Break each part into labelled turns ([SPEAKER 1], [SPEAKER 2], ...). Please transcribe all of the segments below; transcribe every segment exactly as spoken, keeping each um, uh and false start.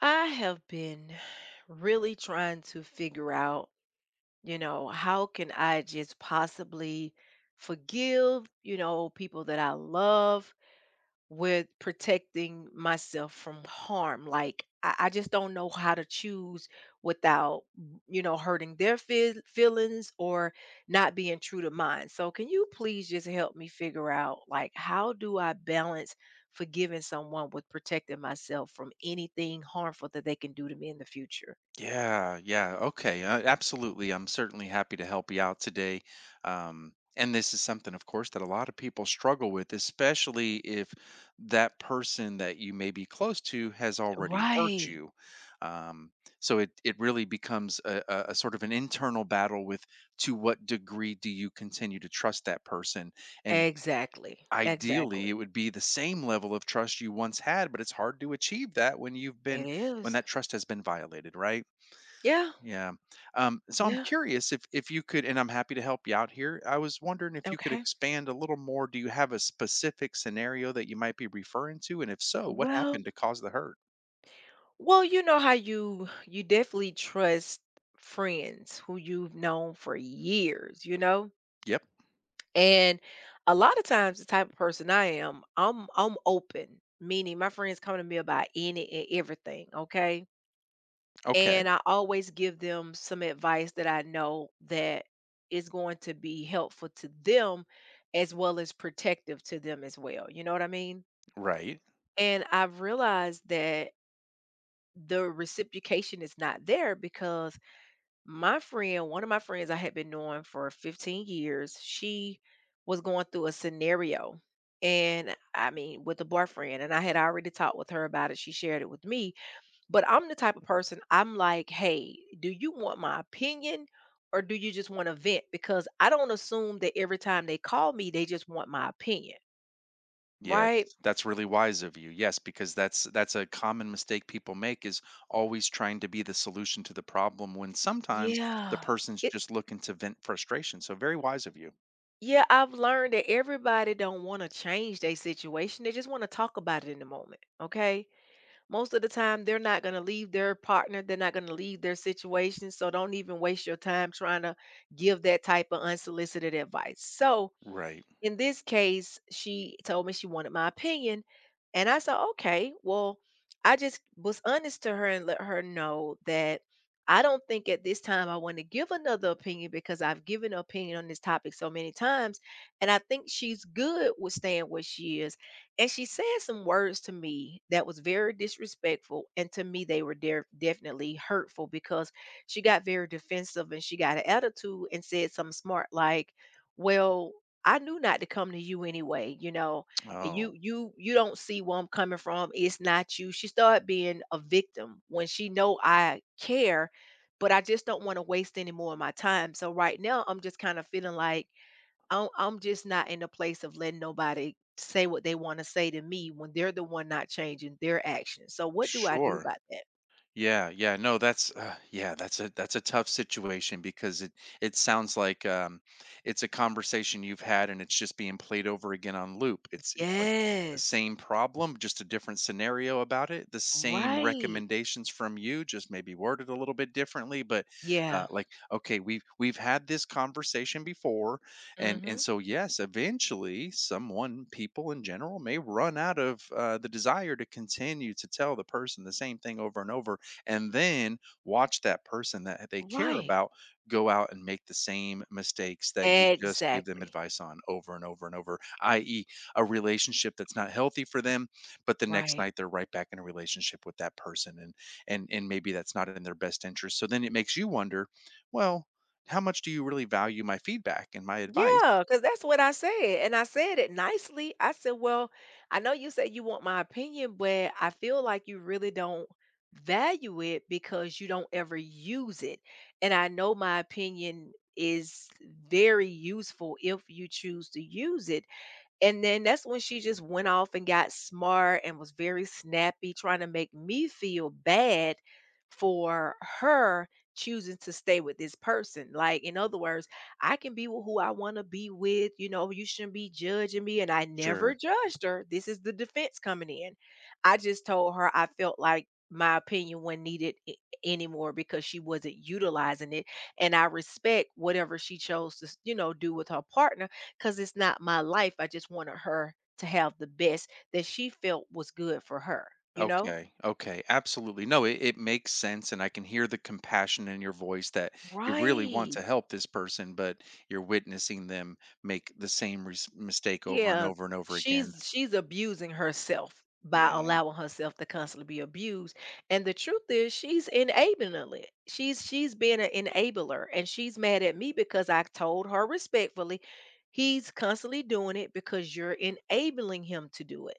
[SPEAKER 1] I have been really trying to figure out, you know, how can I just possibly forgive, you know, people that I love with protecting myself from harm. Like I, I just don't know how to choose without, you know, hurting their feel- feelings or not being true to mine. So can you please just help me figure out like how do I balance forgiving someone with protecting myself from anything harmful that they can do to me in the future?
[SPEAKER 2] Yeah, yeah. Okay. Uh, absolutely. I'm certainly happy to help you out today. Um, and this is something, of course, that a lot of people struggle with, especially if that person that you may be close to has already hurt
[SPEAKER 1] Right.
[SPEAKER 2] you. Um, so it, it really becomes a, a, a sort of an internal battle with, to what degree do you continue to trust that person? And
[SPEAKER 1] Exactly.
[SPEAKER 2] ideally,
[SPEAKER 1] Exactly.
[SPEAKER 2] it would be the same level of trust you once had, but it's hard to achieve that when you've
[SPEAKER 1] It
[SPEAKER 2] been, when
[SPEAKER 1] is.
[SPEAKER 2] that trust has been violated, right?
[SPEAKER 1] Yeah.
[SPEAKER 2] Yeah. Um, so I'm
[SPEAKER 1] Yeah.
[SPEAKER 2] curious if if you could, and I'm happy to help you out here. I was wondering if you could
[SPEAKER 1] Okay.
[SPEAKER 2] expand a little more. Do you have a specific scenario that you might be referring to? And if so, what
[SPEAKER 1] Well,
[SPEAKER 2] happened to cause the hurt?
[SPEAKER 1] Well, you know how you you definitely trust friends who you've known for years, you know?
[SPEAKER 2] Yep.
[SPEAKER 1] And a lot of times the type of person I am, I'm I'm open, meaning my friends come to me about any and everything, okay?
[SPEAKER 2] Okay.
[SPEAKER 1] And I always give them some advice that I know that is going to be helpful to them as well as protective to them as well. You know what I mean?
[SPEAKER 2] Right.
[SPEAKER 1] And I've realized that the reciprocation is not there because My friend, one of my friends I had been knowing for fifteen years, she was going through a scenario. And I mean, with a boyfriend, and I had already talked with her about it. She shared it with me. But I'm the type of person, I'm like, hey, do you want my opinion or do you just want to vent? Because I don't assume that every time they call me, they just want my opinion,
[SPEAKER 2] Yes.
[SPEAKER 1] right?
[SPEAKER 2] That's really wise of you. Yes, because that's that's a common mistake people make is always trying to be the solution to the problem when sometimes the
[SPEAKER 1] Yeah.
[SPEAKER 2] person's
[SPEAKER 1] It,
[SPEAKER 2] just looking to vent frustration. So very wise of you.
[SPEAKER 1] yeah, I've learned that everybody don't want to change their situation. They just want to talk about it in the moment. Okay. Most of the time they're not going to leave their partner, they're not going to leave their situation, so don't even waste your time trying to give that type of unsolicited advice. So
[SPEAKER 2] Right.
[SPEAKER 1] in this case, she told me she wanted my opinion. And I said, okay, well, I just was honest to her and let her know that I don't think at this time I want to give another opinion because I've given an opinion on this topic so many times. And I think she's good with staying where she is. And she said some words to me that was very disrespectful. And to me, they were de- definitely hurtful because she got very defensive and she got an attitude and said something smart like, well, I knew not to come to you anyway, you know. You
[SPEAKER 2] Oh,
[SPEAKER 1] you you don't see where I'm coming from. It's not you. She started being a victim when she know I care, but I just don't want to waste any more of my time. So right now I'm just kind of feeling like I'm I'm just not in a place of letting nobody say what they want to say to me when they're the one not changing their actions. So what do I do
[SPEAKER 2] sure.
[SPEAKER 1] about that?
[SPEAKER 2] Yeah, yeah, no, that's uh, yeah, that's a that's a tough situation because it it sounds like um, it's a conversation you've had and it's just being played over again on loop. It's it's like the
[SPEAKER 1] Yes.
[SPEAKER 2] same problem, just a different scenario about it. The same
[SPEAKER 1] Right.
[SPEAKER 2] recommendations from you, just maybe worded a little bit differently. But
[SPEAKER 1] Yeah.
[SPEAKER 2] uh, like, okay, we've we've had this conversation before, and and
[SPEAKER 1] Mhm.
[SPEAKER 2] so yes, eventually, someone, people in general, may run out of uh, the desire to continue to tell the person the same thing over and over, and then watch that person that they care
[SPEAKER 1] Right.
[SPEAKER 2] about go out and make the same mistakes that you just gave them
[SPEAKER 1] Exactly.
[SPEAKER 2] advice on over and over and over, i e, a relationship that's not healthy for them, but the next
[SPEAKER 1] Right.
[SPEAKER 2] night they're right back in a relationship with that person, and and and maybe that's not in their best interest. So then it makes you wonder, well, how much do you really value my feedback and my
[SPEAKER 1] Yeah,
[SPEAKER 2] advice?
[SPEAKER 1] because that's what I said. And I said it nicely. I said, well, I know you said you want my opinion, but I feel like you really don't value it because you don't ever use it. And I know my opinion is very useful if you choose to use it. And then that's when she just went off and got smart and was very snappy, trying to make me feel bad for her choosing to stay with this person. Like, in other words, I can be with who I want to be with. You know, you shouldn't be judging me. And I never
[SPEAKER 2] Sure.
[SPEAKER 1] judged her. This is the defense coming in. I just told her I felt like my opinion wasn't needed a- anymore because she wasn't utilizing it. And I respect whatever she chose to, you know, do with her partner. 'Cause it's not my life, I just wanted her to have the best that she felt was good for her, you know?
[SPEAKER 2] Okay, okay, absolutely. No, it, it makes sense, and I can hear the compassion in your voice that you really want to
[SPEAKER 1] Right.
[SPEAKER 2] help this person, but you're witnessing them make the same res- mistake over and
[SPEAKER 1] Yeah.
[SPEAKER 2] over and over again.
[SPEAKER 1] She's she's abusing herself by
[SPEAKER 2] Yeah,
[SPEAKER 1] allowing herself to constantly be abused, and the truth is she's enabling it. She's she's being an enabler, and she's mad at me because I told her respectfully, "He's constantly doing it because you're enabling him to do it."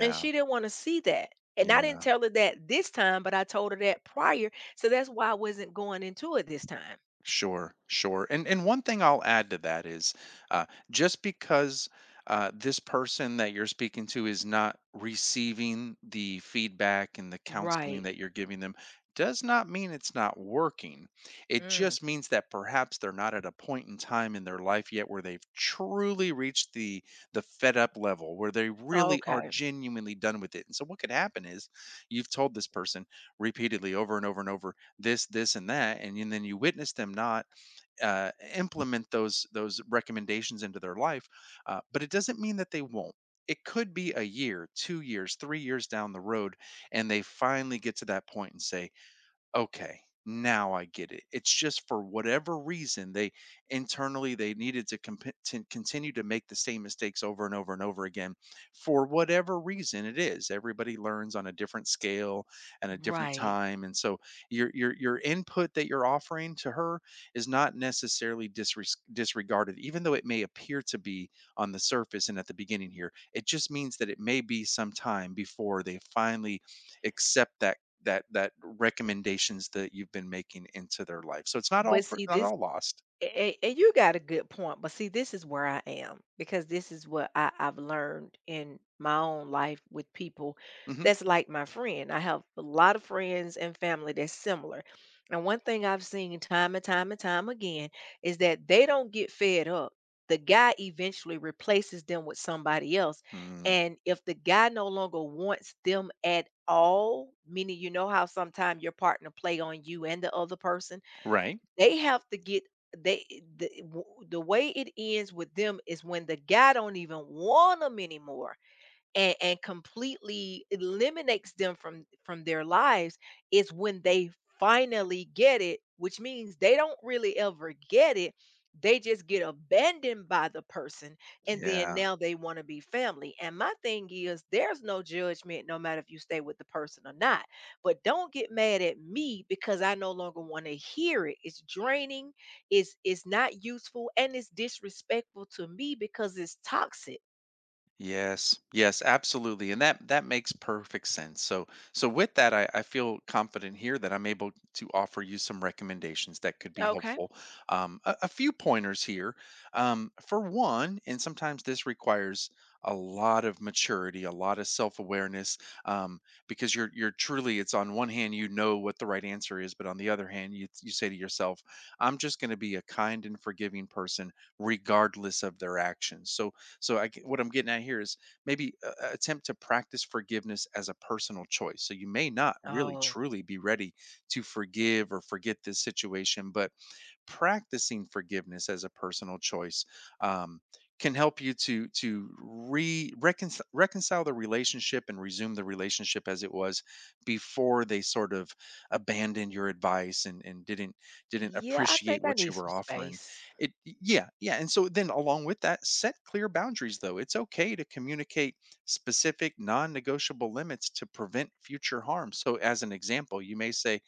[SPEAKER 1] And she didn't wanna see that. And I
[SPEAKER 2] yeah.
[SPEAKER 1] didn't tell her that this time, but I told her that prior, so that's why I wasn't going into it this time.
[SPEAKER 2] Sure, sure. And and one thing I'll add to that is uh, just because uh, this person that you're speaking to is not receiving the feedback and the counseling
[SPEAKER 1] Right.
[SPEAKER 2] that you're giving them does not mean it's not working. It
[SPEAKER 1] Mm.
[SPEAKER 2] just means that perhaps they're not at a point in time in their life yet where they've truly reached the the fed up level where they really are
[SPEAKER 1] Okay.
[SPEAKER 2] genuinely done with it. And so what could happen is you've told this person repeatedly over and over and over this this and that and, you- then you witness them not uh, implement those those recommendations into their life, uh, but it doesn't mean that they won't. It could be a year, two years, three years down the road, and they finally get to that point and say, okay, now I get it. It's just for whatever reason they, internally they needed to, comp- to continue to make the same mistakes over and over and over again. For whatever reason it is, everybody learns on a different scale and a different
[SPEAKER 1] Right.
[SPEAKER 2] time, and so your your your input that you're offering to her is not necessarily disres- disregarded, even though it may appear to be on the surface and at the beginning here. It just means that it may be some time before they finally accept that, that that recommendations that you've been making into their life. So it's not all
[SPEAKER 1] But
[SPEAKER 2] for
[SPEAKER 1] see,
[SPEAKER 2] not,
[SPEAKER 1] this
[SPEAKER 2] all lost.
[SPEAKER 1] and, and you got a good point, but see this is where I am because this is what I, i've learned in my own life with people
[SPEAKER 2] Mhm.
[SPEAKER 1] that's like my friend. I have a lot of friends and family that's similar, and one thing I've seen time and time and time again is that they don't get fed up. The guy eventually replaces them with somebody else,
[SPEAKER 2] Mm,
[SPEAKER 1] and if the guy no longer wants them at all, meaning you know how sometimes your partner play on you and the other person,
[SPEAKER 2] right.
[SPEAKER 1] they have to get they the w- the way it ends with them is when the guy don't even want them anymore, and and completely eliminates them from from their lives, is when they finally get it, which means they don't really ever get it, they just get abandoned by the person. And then
[SPEAKER 2] Yeah.
[SPEAKER 1] now they want to be family, and my thing is there's no judgment no matter if you stay with the person or not, but don't get mad at me because I no longer want to hear it. It's draining, it's it's not useful, and it's disrespectful to me because it's toxic.
[SPEAKER 2] Yes, yes, absolutely, and that that makes perfect sense. So, so with that, I, I feel confident here that I'm able to offer you some recommendations that could be
[SPEAKER 1] Okay.
[SPEAKER 2] helpful. Um, a, a few pointers here. Um, for one, and sometimes this requires a lot of maturity, a lot of self-awareness, um, because you're you're truly. It's on one hand you know what the right answer is, but on the other hand, you you say to yourself, "I'm just going to be a kind and forgiving person, regardless of their actions." So so I get- what I'm getting at here is maybe uh, uh, attempt to practice forgiveness as a personal choice. So you may not really
[SPEAKER 1] Oh,
[SPEAKER 2] truly be ready to forgive or forget this situation, but practicing forgiveness as a personal choice, um, can help you to to re reconcile, reconcile the relationship and resume the relationship as it was before they sort of abandoned your advice and and didn't didn't
[SPEAKER 1] yeah, I think
[SPEAKER 2] appreciate
[SPEAKER 1] I
[SPEAKER 2] what
[SPEAKER 1] need
[SPEAKER 2] you
[SPEAKER 1] some
[SPEAKER 2] were offering
[SPEAKER 1] space.
[SPEAKER 2] it. Yeah, yeah, and so then along with that, set clear boundaries. Though it's okay to communicate specific non-negotiable limits to prevent future harm, so as an example you may say,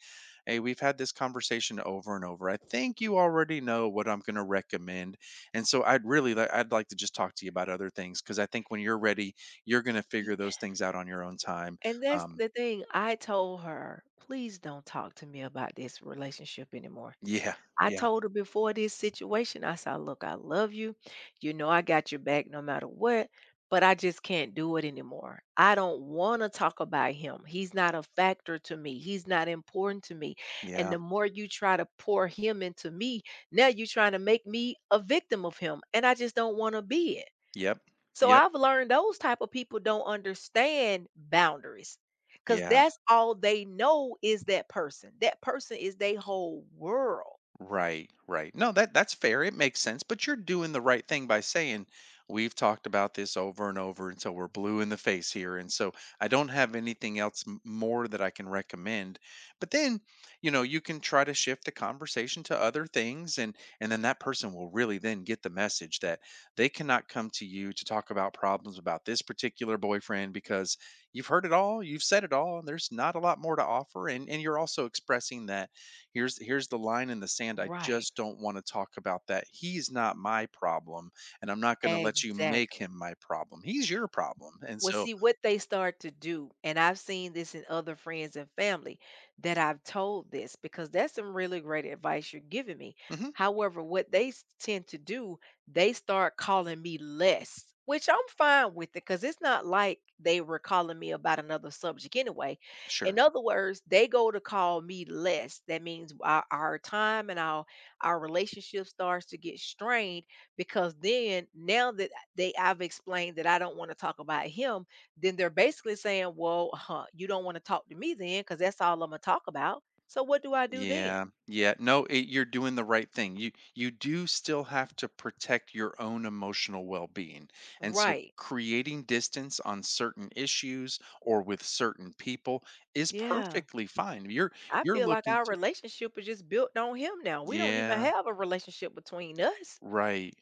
[SPEAKER 2] "Hey, we've had this conversation over and over. I think you already know what I'm going to recommend. And so I'd really like, I'd like to just talk to you about other things because I think when you're ready, you're going to
[SPEAKER 1] Ye
[SPEAKER 2] figure those things out on your own time."
[SPEAKER 1] And that's
[SPEAKER 2] Um,
[SPEAKER 1] the thing, I told her, "Please don't talk to me about this relationship anymore."
[SPEAKER 2] yeah,
[SPEAKER 1] I
[SPEAKER 2] yeah,
[SPEAKER 1] told her before this situation, I said, "Look, I love you. You know I got your back no matter what, but I just can't do it anymore. I don't wanna talk about him. He's not a factor to me. He's not important to me. And
[SPEAKER 2] yeah.
[SPEAKER 1] the more you try to pour him into me, now you're trying to make me a victim of him, and I just don't wanna be it."
[SPEAKER 2] Yep.
[SPEAKER 1] So
[SPEAKER 2] Yep.
[SPEAKER 1] I've learned those type of people don't understand boundaries because
[SPEAKER 2] Yeah.
[SPEAKER 1] that's all they know is that person. That person is their whole world.
[SPEAKER 2] Right, right. No, that that's fair. It makes sense, but you're doing the right thing by saying we've talked about this over and over until we're blue in the face here, and so I don't have anything else m- more that I can recommend. But then, you know, you can try to shift the conversation to other things, and and then that person will really then get the message that they cannot come to you to talk about problems about this particular boyfriend because you've heard it all, you've said it all, and there's not a lot more to offer, and and you're also expressing that, "Here's here's the line in the sand, I
[SPEAKER 1] Right.
[SPEAKER 2] just don't wanna talk about that. He's not my problem, and I'm not gonna let you make
[SPEAKER 1] Exactly.
[SPEAKER 2] him my problem. He's your problem," and
[SPEAKER 1] Well,
[SPEAKER 2] so
[SPEAKER 1] see what they start to do, and I've seen this in other friends and family that I've told this, because that's some really great advice you're giving me.
[SPEAKER 2] Mhm,
[SPEAKER 1] However, what they s- tend to do, they start calling me less, which I'm fine with it because it's not like they were calling me about another subject anyway. In
[SPEAKER 2] sure.
[SPEAKER 1] other words, they go to call me less. That means our, our time and our our relationship starts to get strained because then now that they I've explained that I don't want to talk about him, then they're basically saying, "Well, huh, you don't want to talk to me then, because that's all I'm gonna talk about. So what do I do then?"
[SPEAKER 2] Yeah, yeah, no, it you're doing the right thing. You you do still have to protect your own emotional well-being, and so
[SPEAKER 1] Right.
[SPEAKER 2] creating distance on certain issues or with certain people is
[SPEAKER 1] Yeah.
[SPEAKER 2] perfectly fine. You're
[SPEAKER 1] I
[SPEAKER 2] you're
[SPEAKER 1] feel like
[SPEAKER 2] looking
[SPEAKER 1] our
[SPEAKER 2] to
[SPEAKER 1] relationship is just built on him now. We don't even
[SPEAKER 2] yeah,
[SPEAKER 1] have a relationship between us.
[SPEAKER 2] right.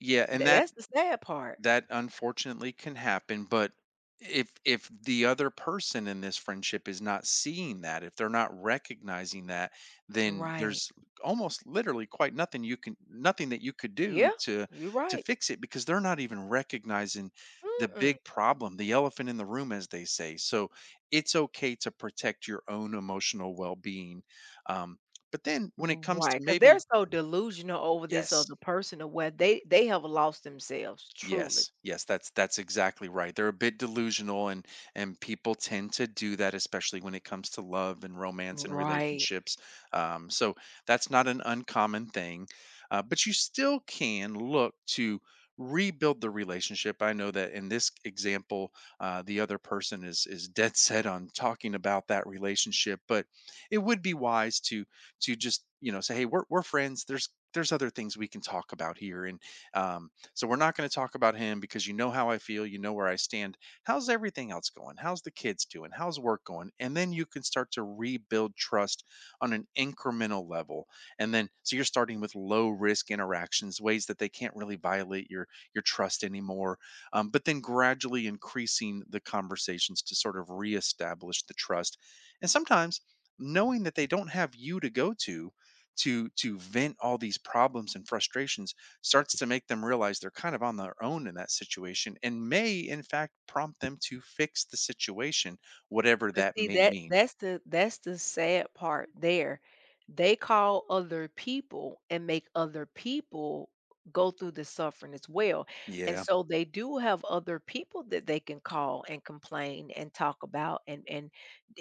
[SPEAKER 2] Yeah, and
[SPEAKER 1] Tha-
[SPEAKER 2] that
[SPEAKER 1] that's the sad part.
[SPEAKER 2] that unfortunately can happen, but if if the other person in this friendship is not seeing that, if they're not recognizing that, then
[SPEAKER 1] Right.
[SPEAKER 2] there's almost literally quite nothing you can, nothing that you could do
[SPEAKER 1] Yeah.
[SPEAKER 2] to
[SPEAKER 1] You're
[SPEAKER 2] to
[SPEAKER 1] right.
[SPEAKER 2] fix it, because they're not even recognizing the
[SPEAKER 1] Mm-mm.
[SPEAKER 2] big problem, the elephant in the room, as they say. So it's okay to protect your own emotional well-being, um, but then when it comes to
[SPEAKER 1] Right. Because they're
[SPEAKER 2] maybe
[SPEAKER 1] so delusional over this
[SPEAKER 2] yes.
[SPEAKER 1] other person, or where they they have lost themselves. Truly.
[SPEAKER 2] Yes, yes, that's that's exactly right. They're a bit delusional, and and people tend to do that, especially when it comes to love and romance and
[SPEAKER 1] Right.
[SPEAKER 2] relationships. Um, so that's not an uncommon thing. Uh, but you still can look to rebuild the relationship. I know that in this example, uh, the other person is is dead set on talking about that relationship, but it would be wise to to just, you know, say, hey, we're we're friends. There's there's other things we can talk about here, and um, so we're not going to talk about him because you know how I feel, you know where I stand. How's everything else going? How's the kids doing? How's work going? And then you can start to rebuild trust on an incremental level. And then so you're starting with low risk interactions, ways that they can't really violate your your trust anymore. Um, but then gradually increasing the conversations to sort of reestablish the trust. And sometimes knowing that they don't have you to go to to to vent all these problems and frustrations starts to make them realize they're kind of on their own in that situation and may, in fact, prompt them to fix the situation, whatever
[SPEAKER 1] But
[SPEAKER 2] that
[SPEAKER 1] see
[SPEAKER 2] may
[SPEAKER 1] that
[SPEAKER 2] mean.
[SPEAKER 1] that's the that's the sad part there. They call other people and make other people go through the suffering as well. And
[SPEAKER 2] Yeah,
[SPEAKER 1] so they do have other people that they can call and complain and talk about, and and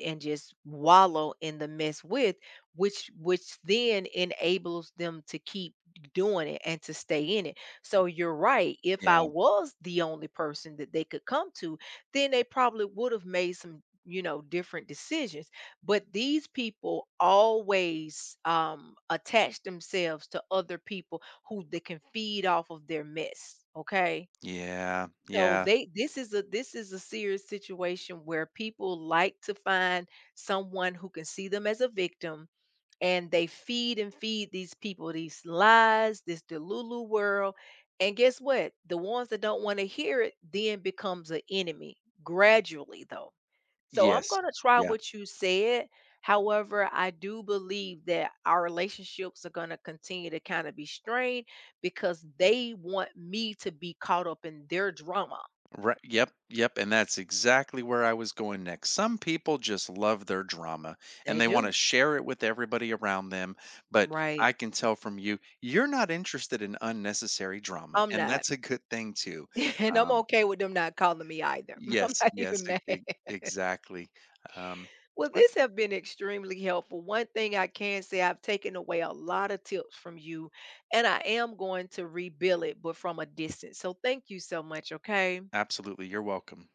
[SPEAKER 1] and just wallow in the mess with, which which then enables them to keep doing it and to stay in it. So you're right. If I
[SPEAKER 2] yeah,
[SPEAKER 1] was the only person that they could come to, then they probably would have made some you know different decisions, but these people always um attach themselves to other people who they can feed off of their mess, okay?
[SPEAKER 2] yeah,
[SPEAKER 1] So
[SPEAKER 2] yeah,
[SPEAKER 1] they this is a this is a serious situation where people like to find someone who can see them as a victim, and they feed and feed these people these lies, this delulu world, and guess what, the ones that don't want to hear it then becomes an enemy, gradually though. So I'm
[SPEAKER 2] yes,
[SPEAKER 1] going to try
[SPEAKER 2] yeah.
[SPEAKER 1] what you said. However, I do believe that our relationships are going to continue to kind of be strained because they want me to be caught up in their drama.
[SPEAKER 2] Right. Yep. Yep. And that's exactly where I was going next. Some people just love their drama
[SPEAKER 1] They
[SPEAKER 2] and they want
[SPEAKER 1] do.
[SPEAKER 2] to share it with everybody around them. But
[SPEAKER 1] Right.
[SPEAKER 2] I can tell from you, you're not interested in unnecessary drama.
[SPEAKER 1] I'm
[SPEAKER 2] And
[SPEAKER 1] not.
[SPEAKER 2] that's a good thing, too.
[SPEAKER 1] And I'm
[SPEAKER 2] Um,
[SPEAKER 1] okay with them not calling me either. I'm
[SPEAKER 2] Yes,
[SPEAKER 1] not
[SPEAKER 2] yes,
[SPEAKER 1] even
[SPEAKER 2] e
[SPEAKER 1] mad.
[SPEAKER 2] e exactly. Um,
[SPEAKER 1] Well,
[SPEAKER 2] well,
[SPEAKER 1] this have been extremely helpful. One thing I can say, I've taken away a lot of tips from you, and I am going to rebuild it, but from a distance. So thank you so much. Okay.
[SPEAKER 2] absolutely, you're welcome.